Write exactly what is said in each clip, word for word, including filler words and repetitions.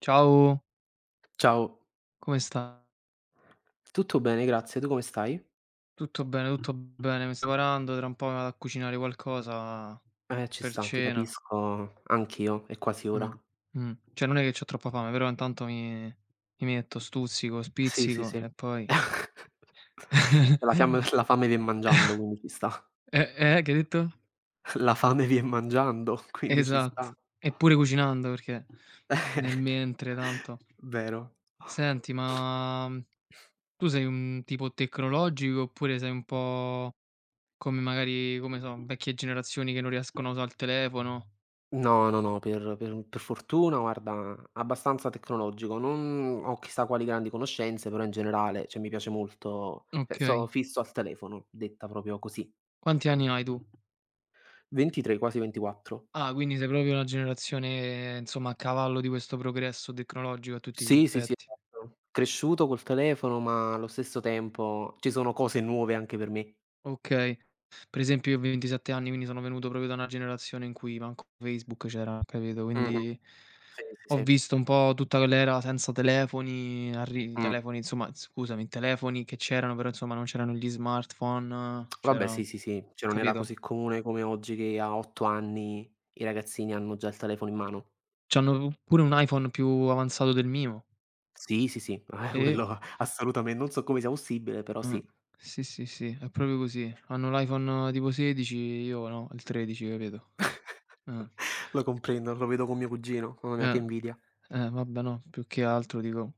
Ciao, Ciao, come stai? tutto bene, grazie. Tu come stai? Tutto bene, tutto bene. Mi sto preparando, tra un po' mi vado a cucinare qualcosa Eh, ci per sta, ti cena. capisco anch'io, è quasi ora. Mh, mh. Cioè non è che c'ho troppa fame, però intanto mi mi metto, stuzzico, Sì, sì, spizzico sì. e poi. La fiamme la fame vien mangiando, quindi ci sta. Eh, eh, che hai detto? La fame vien mangiando, quindi ci sta. Esatto. E pure cucinando perché nel mentre tanto. Vero. Senti, ma, mhmm, tu sei un tipo tecnologico oppure sei un po' come magari, come so, vecchie generazioni che non riescono a usare il telefono? No, no, no, per per per fortuna guarda, abbastanza tecnologico. Non ho chissà quali grandi conoscenze, però in generale, cioè mi piace molto, cioè so Okay. fisso al telefono, detta proprio così. Quanti anni hai tu? ventitré, quasi ventiquattro. Ah, quindi sei proprio una generazione, insomma, a cavallo di questo progresso tecnologico a tutti gli Sì, sì, sì, effetti. esatto. Cresciuto col telefono, ma allo stesso tempo ci sono cose nuove anche per me. Okay. Per esempio io ho ventisette anni, quindi sono venuto proprio da una generazione in cui manco Facebook c'era, capito, Mh-mh. quindi Sì, sì, ho sì. visto un po' tutta quell'era senza telefoni, arri Mh. telefoni insomma, scusami, telefoni che c'erano, però insomma non c'erano gli smartphone, Vabbè c'era, sì, sì, sì, cioè non era capito? così comune come oggi che a otto anni i ragazzini hanno già il telefono in mano. C'hanno pure un iPhone più avanzato del mio Sì, sì, sì, eh e quello assolutamen non so come sia possibile, però Ah. sì. Sì, sì, sì, è proprio così. Hanno l'iPhone tipo sedici, io no, il tredici, capito? Eh. Lo comprendo, lo vedo con mio cugino, mamma mia che Eh. invidia. Eh, vabbè no, più che altro dico,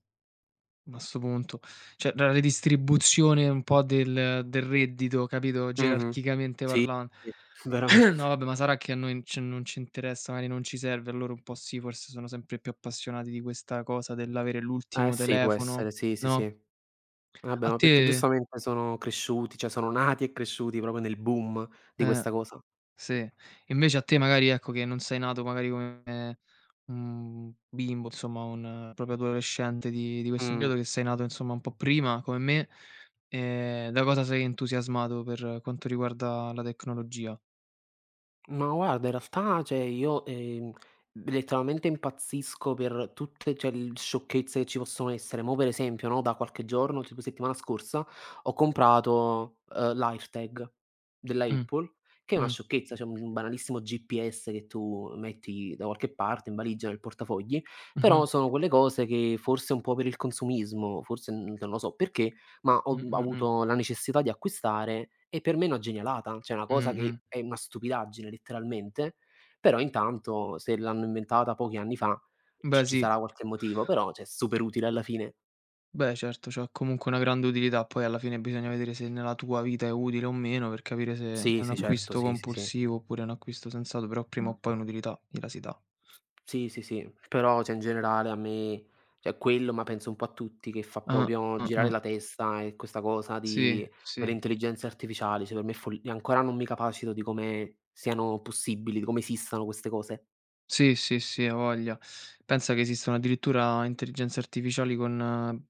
ma a 'sto punto cioè la redistribuzione un po' del del reddito, capito, Mh-mh. gerarchicamente Sì, parlan sì, no veramente. vabbè, ma sarà che a noi c non ci interessa, magari non ci serve, a loro un po' sì, forse sono sempre più appassionati di questa cosa dell'avere Eh l'ultimo sì, può telefono, essere, sì, sì, no? sì. Vabbè, A ma perché te giustamente sono cresciuti, cioè sono nati e cresciuti proprio nel boom di eh. questa cosa. Sì. Invece a te magari, ecco, che non sei nato magari come un bimbo, insomma un proprio adolescente di di questo Mh. periodo, che sei nato insomma un po' prima come me, ehm, da cosa sei entusiasmato per quanto riguarda la tecnologia? Ma guarda, in realtà, cioè io, ehm, letteralmente impazzisco per tutte, cioè l sciocchezze che ci possono essere. Mo' per esempio, no, da qualche giorno, tipo settimana scorsa, ho comprato, uhm, l'AirTag della Mh, Apple, che è una mh, sciocchezza, cioè un un banalissimo G P S che tu metti da qualche parte, in valigia, nel portafogli, mh-mh, però sono quelle cose che forse un po' per il consumismo, forse, n non lo so perché, ma ho d mh, mh, avuto la necessità di acquistare e per me è una genialata, cioè è una mh, cosa mh, che mh. è una stupidaggine letteralmente, però intanto se l'hanno inventata pochi anni fa c Beh ci sì, sarà qualche motivo, però cioè è super utile alla fine. beh certo, c'ha comunque una grande utilità, poi alla fine bisogna vedere se nella tua vita è utile o meno per capire se Sì, è un sì, certo, acquisto sì, sì, sì. compulsivo oppure è un acquisto sensato, però prima o poi un'utilità gliela si dà. Sì, sì, sì, però cioè in generale a me, cioè quello, ma penso un po' a tutti, che fa Ah, proprio girare ah-ah. la testa e questa cosa Sì, di delle sì. intelligenze artificiali, cioè per me è fol ancora non mi capacito di come siano possibili, di come esistano queste cose. Sì, sì, sì, a voglia. Pensa che esistono addirittura intelligenze artificiali con eh,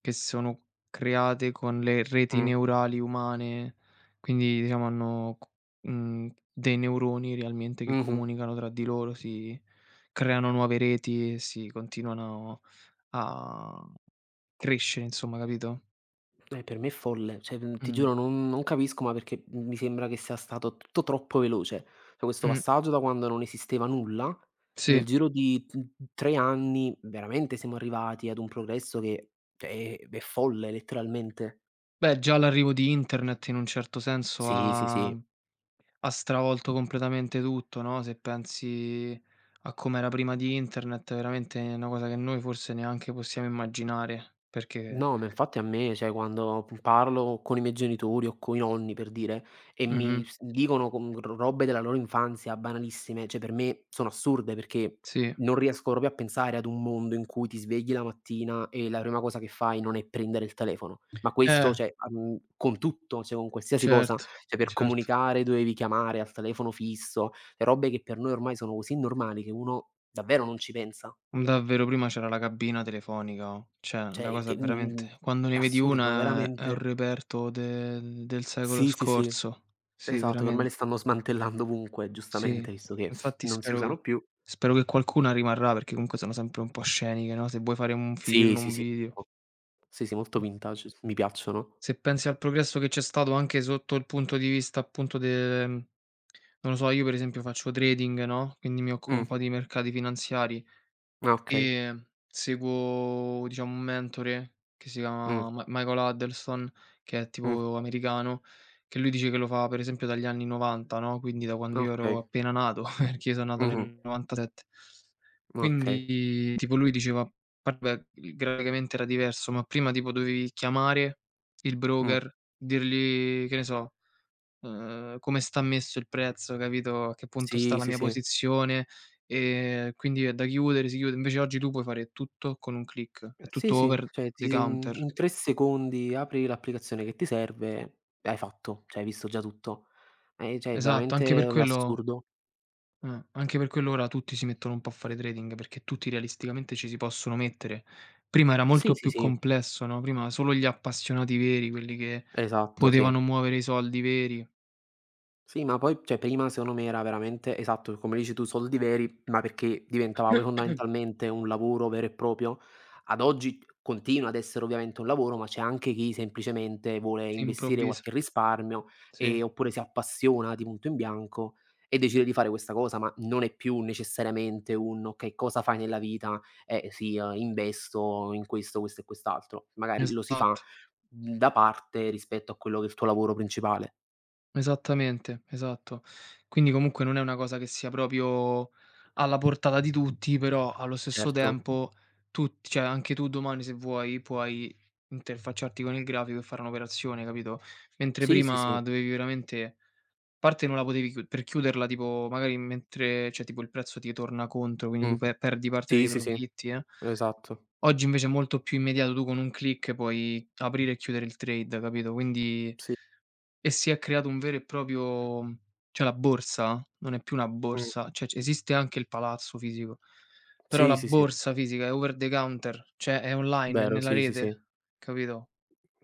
che sono create con le reti Mh, neurali umane, quindi diciamo hanno c mhmm, dei neuroni realmente che mh-mh. comunicano tra di loro, si creano nuove reti e si continuano a crescere insomma, capito? Eh, per me è folle, cioè, mhmm, ti Mh, giuro non non capisco, ma perché mi sembra che sia stato tutto troppo veloce. Cioè, questo mh, passaggio da quando non esisteva nulla, nel sì. giro di t mhmm, tre anni veramente siamo arrivati ad un progresso che cioè è è folle letteralmente. Beh, già l'arrivo di internet in un certo senso Sì, sì, ha sì. Ha stravolto completamente tutto, no, se pensi a com'era prima di internet, veramente è una cosa che noi forse neanche possiamo immaginare, perché No, ma infatti a me, cioè quando p parlo con i miei genitori o coi nonni per dire, e mh-mh, mi s dicono con r robe della loro infanzia banalissime, cioè per me sono assurde perché sì. non riesco proprio a pensare ad un mondo in cui ti svegli la mattina e la prima cosa che fai non è prendere il telefono. Ma Eh, questo cioè, uhm, con tutto, cioè con qualsiasi cosa, certo, cioè per certo. comunicare dovevi chiamare al telefono fisso, le robe che per noi ormai sono così normali che uno davvero non ci pensa. Davvero prima c'era la cabina telefonica, oh, cioè una Cioè cosa che, mhmm, veramente quando è ne vedi assurdo una è è un veramente. reperto del del secolo Sì, sì, sì, scorso. Sì, esatto, che ormai le veramente. stanno smantellando ovunque, giustamente, Sì, visto che infatti non si spero usano che più. spero che qualcuna rimarrà, perché comunque sono sempre un po' sceniche, no, se vuoi fare un Sì, film, sì, un sì, video. mo sì, sì, molto vintage, s mi piacciono. Se pensi al progresso che c'è stato anche sotto il punto di vista appunto de mhmm, non lo so, io per esempio faccio trading, no, quindi mi occupo Mh, un po' di mercati finanziari. ah, okay. Ehm, seguo diciamo un mentore che si Mh, chiama Ma Michael Huddleston, che è mh, tipo americano, che lui dice che lo fa per esempio dagli anni 'novanta, no, quindi da quando io ero okay. appena nato, perché io sono nato Mh-mh, nel 'novantasette. okay. Quindi tipo lui diceva, vabbè, il graficamente era diverso, ma prima tipo dovevi chiamare il Mh. broker, dirgli che ne so, uhm, come sta messo il prezzo, capito, a che punto sta Sì, la sì, mia sì. posizione, ehm, quindi è da chiudere, si chiude. Invece oggi tu puoi fare tutto con un click, è Sì, tutto sì, over cioè ti the mhmm, counter. in tre secondi apri l'applicazione che ti serve e hai fatto, cioè hai visto già tutto. Eh, cioè è Esatto, anche veramente per quello l'assurdo. eh, anche per quello ora tutti si mettono un po' a fare trading, perché tutti realisticamente ci si possono mettere. Prima era Sì, molto sì, più sì, complesso, no, prima solo gli appassionati veri, quelli che esatto, sì. potevano muovere i soldi veri, Sì, ma poi cioè prima secondo me era veramente, esatto, come dici tu, soldi veri, ma perché diventava poi fondamentalmente un lavoro vero e proprio. Ad oggi continua ad essere ovviamente un lavoro, ma c'è anche chi semplicemente vuole investire improvviso. qualche risparmio, Sì, ehm, oppure si appassiona di punto in bianco e decide di fare questa cosa, ma non è più necessariamente un: "Okay, cosa fai nella vita?" "Eh sì, uhm, investo in questo, questo e quest'altro." Magari lo si fa, esatto. mhmm, da parte rispetto a quello che è il tuo lavoro principale. Esattamente, esatto. Quindi comunque non è una cosa che sia proprio alla portata di tutti, però allo stesso Certo. tempo tutti cioè anche tu domani se vuoi puoi interfacciarti con il grafico e fare un'operazione, capito, mentre Sì, sì, sì. prima dovevi veramente a parte non la potevi chiu per chiuderla tipo magari mentre cioè tipo il prezzo ti torna contro, quindi Mh. tu pe perdi parte Sì, dei sì, sì, profitti, eh. esatto. Oggi invece è molto più immediato, tu con un click puoi aprire e chiudere il trade, capito, quindi Sì. e si è creato un vero e proprio cioè la borsa non è più una Mh. borsa, cioè c esiste anche il palazzo fisico, però Sì, la sì, sì. borsa fisica è over the counter, cioè è online, è Vero, nella sì, sì, sì. rete, capito?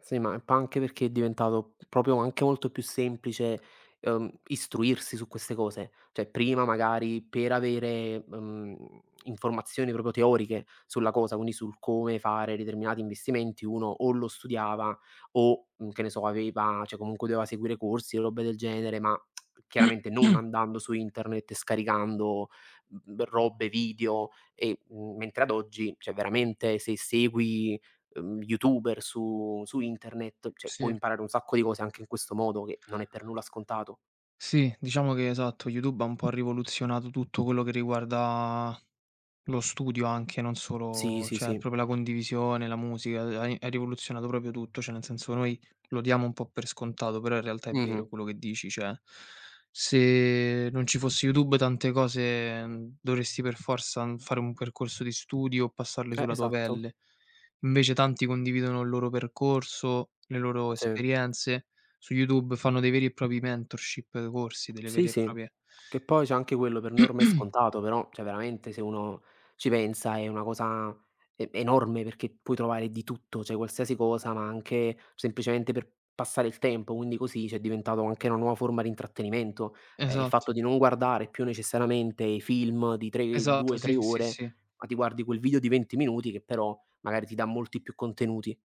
Sì, ma pa anche perché è diventato proprio anche molto più semplice, ehm, istruirsi su queste cose. Cioè prima magari per avere, mhmm, informazioni proprio teoriche sulla cosa, quindi sul come fare determinati investimenti, uno o lo studiava o, mhmm, che ne so, aveva, cioè comunque doveva seguire corsi e robe del genere, ma chiaramente non andando su internet e scaricando, mhmm, robe, video e, mhmm, mentre ad oggi, cioè veramente se segui uhm, youtuber su su internet, cioè puoi Sì, imparare un sacco di cose anche in questo modo che non è per nulla scontato. sì, diciamo che esatto, YouTube ha un po' rivoluzionato tutto quello che riguarda lo studio anche, non Sì, solo sì, cioè sì. proprio la condivisione, la musica, ha hai hai rivoluzionato proprio tutto, cioè nel senso noi lo diamo un po' per scontato, però in realtà è Mh-mh. vero quello che dici, cioè se non ci fosse YouTube tante cose, mhmm, dovresti per forza, mhmm, fare un percorso di studio o passarle Eh, sulla tua esatto. pelle. Invece tanti condividono il loro percorso, le loro Sì. esperienze, su YouTube fanno dei veri e propri mentorship, corsi, delle Sì, vere e sì. proprie Che poi c'è anche quello, per noi ormai è scontato, però, cioè veramente se uno ci pensa è una cosa e enorme, perché puoi trovare di tutto, cioè qualsiasi cosa, ma anche semplicemente per passare il tempo, quindi così c'è diventato anche una nuova forma di intrattenimento. Ehm, il esatto, fatto di non guardare più necessariamente i film di tre esatto, due, tre sì, sì, ore, sì. ma ti guardi quel video di venti minuti che però magari ti dà molti più contenuti.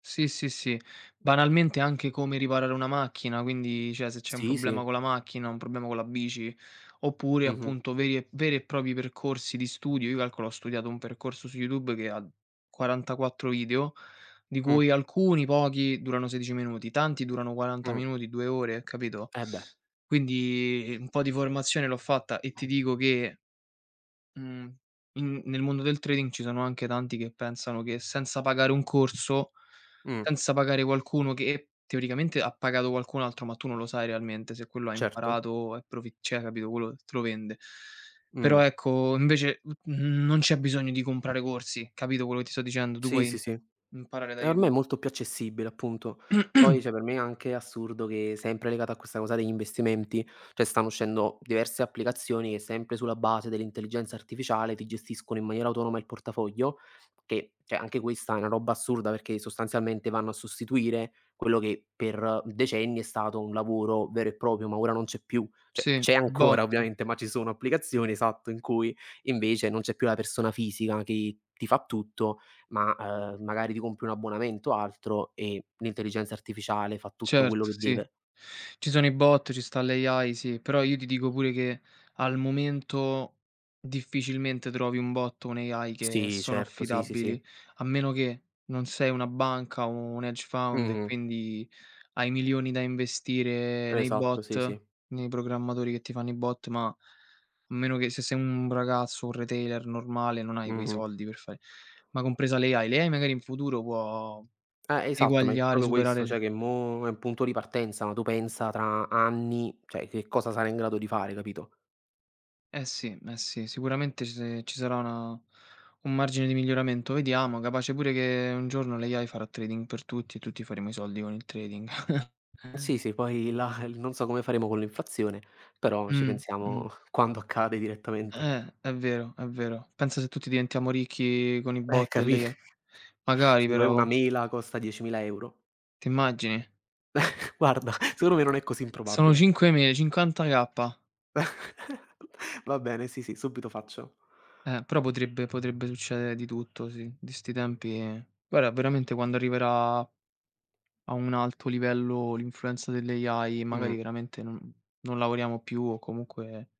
Sì, sì, sì. Banalmente anche come riparare una macchina, quindi cioè se c'è un Sì, sì. problema con la macchina, un problema con la bici, oppure Mh-mh. appunto veri e veri e propri percorsi di studio. Io calcolo, ho studiato un percorso su YouTube che ha quarantaquattro video, di Mh, cui alcuni pochi durano sedici minuti, tanti durano quaranta mh. minuti, due ore, capito? Eh beh. Quindi un po' di formazione l'ho fatta e ti dico che Mhmm, in nel mondo del trading ci sono anche tanti che pensano che senza pagare un corso, Mh, senza pagare qualcuno che teoricamente ha pagato qualcun altro, ma tu non lo sai realmente se quello ha certo. imparato, è profi cioè capito, quello te lo vende. Però Mh. ecco, invece, mhmm, non c'è bisogno di comprare corsi, capito quello che ti sto dicendo? Tu Sì, sì, puoi sì. E imparare da ormai è YouTube. molto più accessibile, appunto. Poi, cioè, per me è anche assurdo che, sempre legata a questa cosa degli investimenti, cioè stanno uscendo diverse applicazioni che, sempre sulla base dell'intelligenza artificiale, ti gestiscono in maniera autonoma il portafoglio, che, cioè, anche questa è una roba assurda perché sostanzialmente vanno a sostituire quello che per decenni è stato un lavoro vero e proprio, ma ora non c'è più. Cioè, Sì, c'è i ancora bot. ovviamente, ma ci sono applicazioni, esatto, in cui invece non c'è più la persona fisica che ti fa tutto, ma ehm, magari ti compri un abbonamento o altro e l'intelligenza artificiale fa tutto quello Certo, che sì. deve. Ci sono i bot, ci sta l'A I, sì, però io ti dico pure che al momento difficilmente trovi un bot o un A I che Sì, sono certo, sì, sì, affidabili, sì. a meno che non sei una banca o un hedge fund e Mh-mh. quindi hai milioni da investire nei Esatto, sì, bot, sì. nei programmatori che ti fanno i bot, ma a meno che se sei un ragazzo, un retailer normale, non hai quei Mh-mh. soldi per fare ma compresa l'A I. L'A I magari in futuro può Eh, esatto, ma è eguagliare, proprio questo, cioè superare. che mo è un punto di partenza, ma tu pensa tra anni, cioè che cosa sarà in grado di fare, capito? Eh sì, eh sì, sicuramente ci se ci sarà una un margine di miglioramento. Vediamo, capace pure che un giorno l'A I farà trading per tutti e tutti faremo i soldi con il trading. Sì, sì, poi là il non so come faremo con l'inflazione, però ci Mh, pensiamo mh. quando accade direttamente. Eh, è vero, è vero. Pensa se tutti diventiamo ricchi con i Eh, bot e capi l'A I. Magari sì, poi una però, mela costa diecimila euro €. ti immagini? Guarda, secondo me non è così Sono improbabile. cinque me cinquanta K. Va bene, sì, sì, subito faccio. Eh, però potrebbe potrebbe succedere di tutto sì, di 'sti tempi. Guarda veramente quando arriverà a un alto livello l'influenza delle A I, Mh. magari veramente non non lavoriamo più o comunque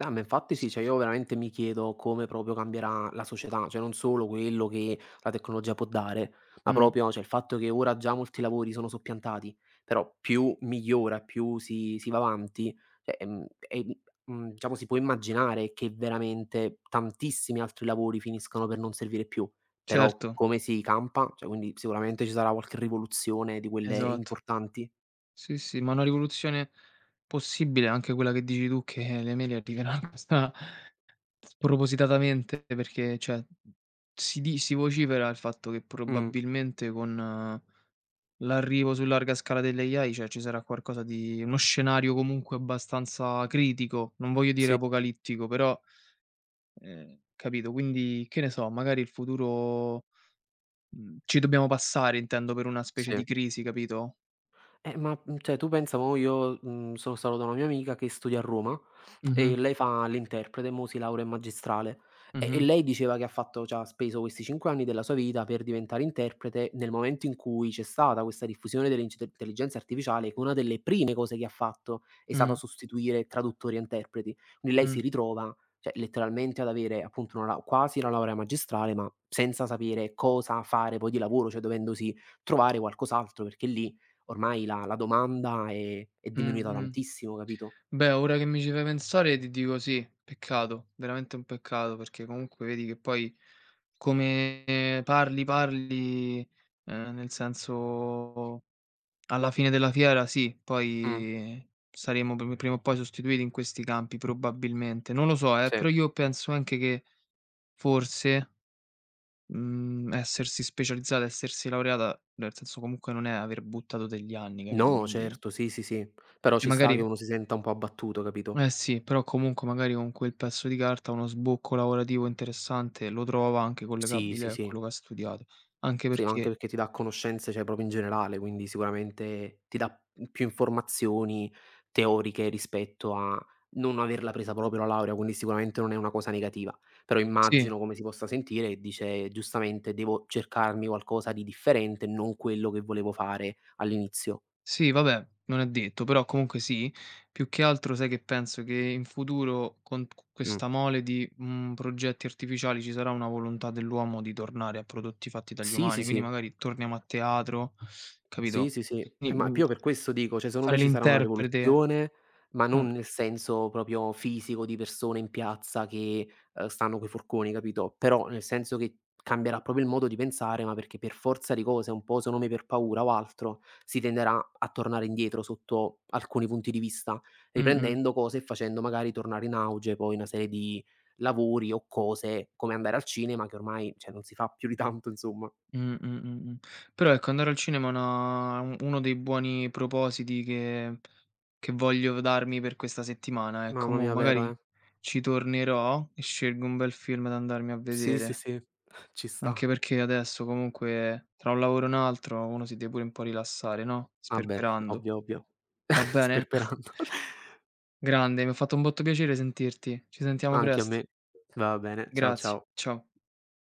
Ah, ma infatti sì, cioè io veramente mi chiedo come proprio cambierà la società, cioè non solo quello che la tecnologia può dare, ma mh, proprio, cioè il fatto che ora già molti lavori sono soppiantati, però più migliora, più si si va avanti, cioè, ehm, e di mhmm, diciamo si può immaginare che veramente tantissimi altri lavori finiscano per non servire più, però certo, come si campa, cioè quindi sicuramente ci sarà qualche rivoluzione di quelle esatto. importanti. Sì, sì, ma una rivoluzione possibile anche quella che dici tu, che le mail arriveranno sta spropositatamente perché cioè si di si vocifera il fatto che Mh. probabilmente con eh, l'arrivo su larga scala delle A I, cioè ci sarà qualcosa di uno scenario comunque abbastanza critico, non voglio dire Sì, apocalittico, però Ehm, capito? Quindi, che ne so, magari il futuro mhmm, ci dobbiamo passare intendo per una specie sì. di crisi, capito? Eh, ma, mhmm, cioè tu pensa mo io, mhmm, sono stato da una mia amica che studia a Roma Mh-mh, e lei fa l'interprete, mo si laurea in magistrale e e mh-mh, lei diceva che ha fatto, cioè ha speso questi cinque anni della sua vita per diventare interprete nel momento in cui c'è stata questa diffusione dell'inc dell'intelligenza artificiale, che una delle prime cose che ha fatto è stata mh, sostituire traduttori e interpreti. Quindi lei mh, si ritrova, cioè letteralmente, ad avere appunto una lau quasi una laurea magistrale, ma senza sapere cosa fare poi di lavoro, cioè dovendosi trovare qualcos'altro, perché lì ormai la la domanda è è mh, diminuita mh. tantissimo, capito? Beh, ora che mi ci fai pensare ti dico sì, peccato, veramente un peccato, perché comunque vedi che poi come parli, parli, ehm, nel senso alla fine della fiera sì, poi saremo pr prima o poi sostituiti in questi campi probabilmente. Non lo so eh, Sì. però io penso anche che forse, mhmm, essersi specializzata, essersi laureata, nel senso comunque non è aver buttato degli anni, capito, No, quindi certo, sì, sì, sì, però cioè ci sta che magari uno si senta un po' abbattuto, capito? eh sì, però comunque magari con quel pezzo di carta uno sbocco lavorativo interessante lo trova anche Sì, collegabile sì, a sì. quello che ha studiato. Anche Sì, anche perché perché ti dà conoscenze, cioè proprio in generale, quindi sicuramente ti dà più informazioni teoriche rispetto a non averla presa proprio la laurea, quindi sicuramente non è una cosa negativa. Però sì. immagino come si possa sentire e dice giustamente: "Devo cercarmi qualcosa di differente, non quello che volevo fare all'inizio". Sì, vabbè, non è detto, però comunque sì. Più che altro sai che penso che in futuro con q Mh. questa mole di, mhmm, progetti artificiali ci sarà una volontà dell'uomo di tornare a prodotti fatti dagli Sì, sì, umani, quindi sì. magari torniamo a teatro, Sì, capito? sì, sì. Eh, Quindi, ma mhmm, più per questo dico, cioè secondo fare me ci sarà una l'interprete. rivoluzione, ma Mh. non nel senso proprio fisico di persone in piazza che, ehm, stanno coi forconi, capito, però nel senso che cambierà proprio il modo di pensare, ma perché per forza di cose, un po' secondo me per paura o altro, si tenderà a tornare indietro sotto alcuni punti di vista, Mh-mh. riprendendo cose e facendo magari tornare in auge poi una serie di lavori o cose come andare al cinema che ormai, cioè non si fa più di tanto insomma. Mh, mh, mh, mh. Però ecco, andare al cinema è una un uno dei buoni propositi che che voglio darmi per questa settimana, ecco. Mamma Mo' mia, vero, magari eh. ci tornerò e scelgo un bel film da andarmi a Sì, sì, vedere, sì, ci sta. anche perché adesso comunque tra un lavoro e un altro uno si deve pure un po' rilassare, no, Ah beh, sperperando. ovvio, ovvio. Va bene? Sperperando. Grande, mi ha fatto un botto piacere sentirti. Ci sentiamo Anche a presto. me. Va bene, ciao, Grazie, ciao. ciao.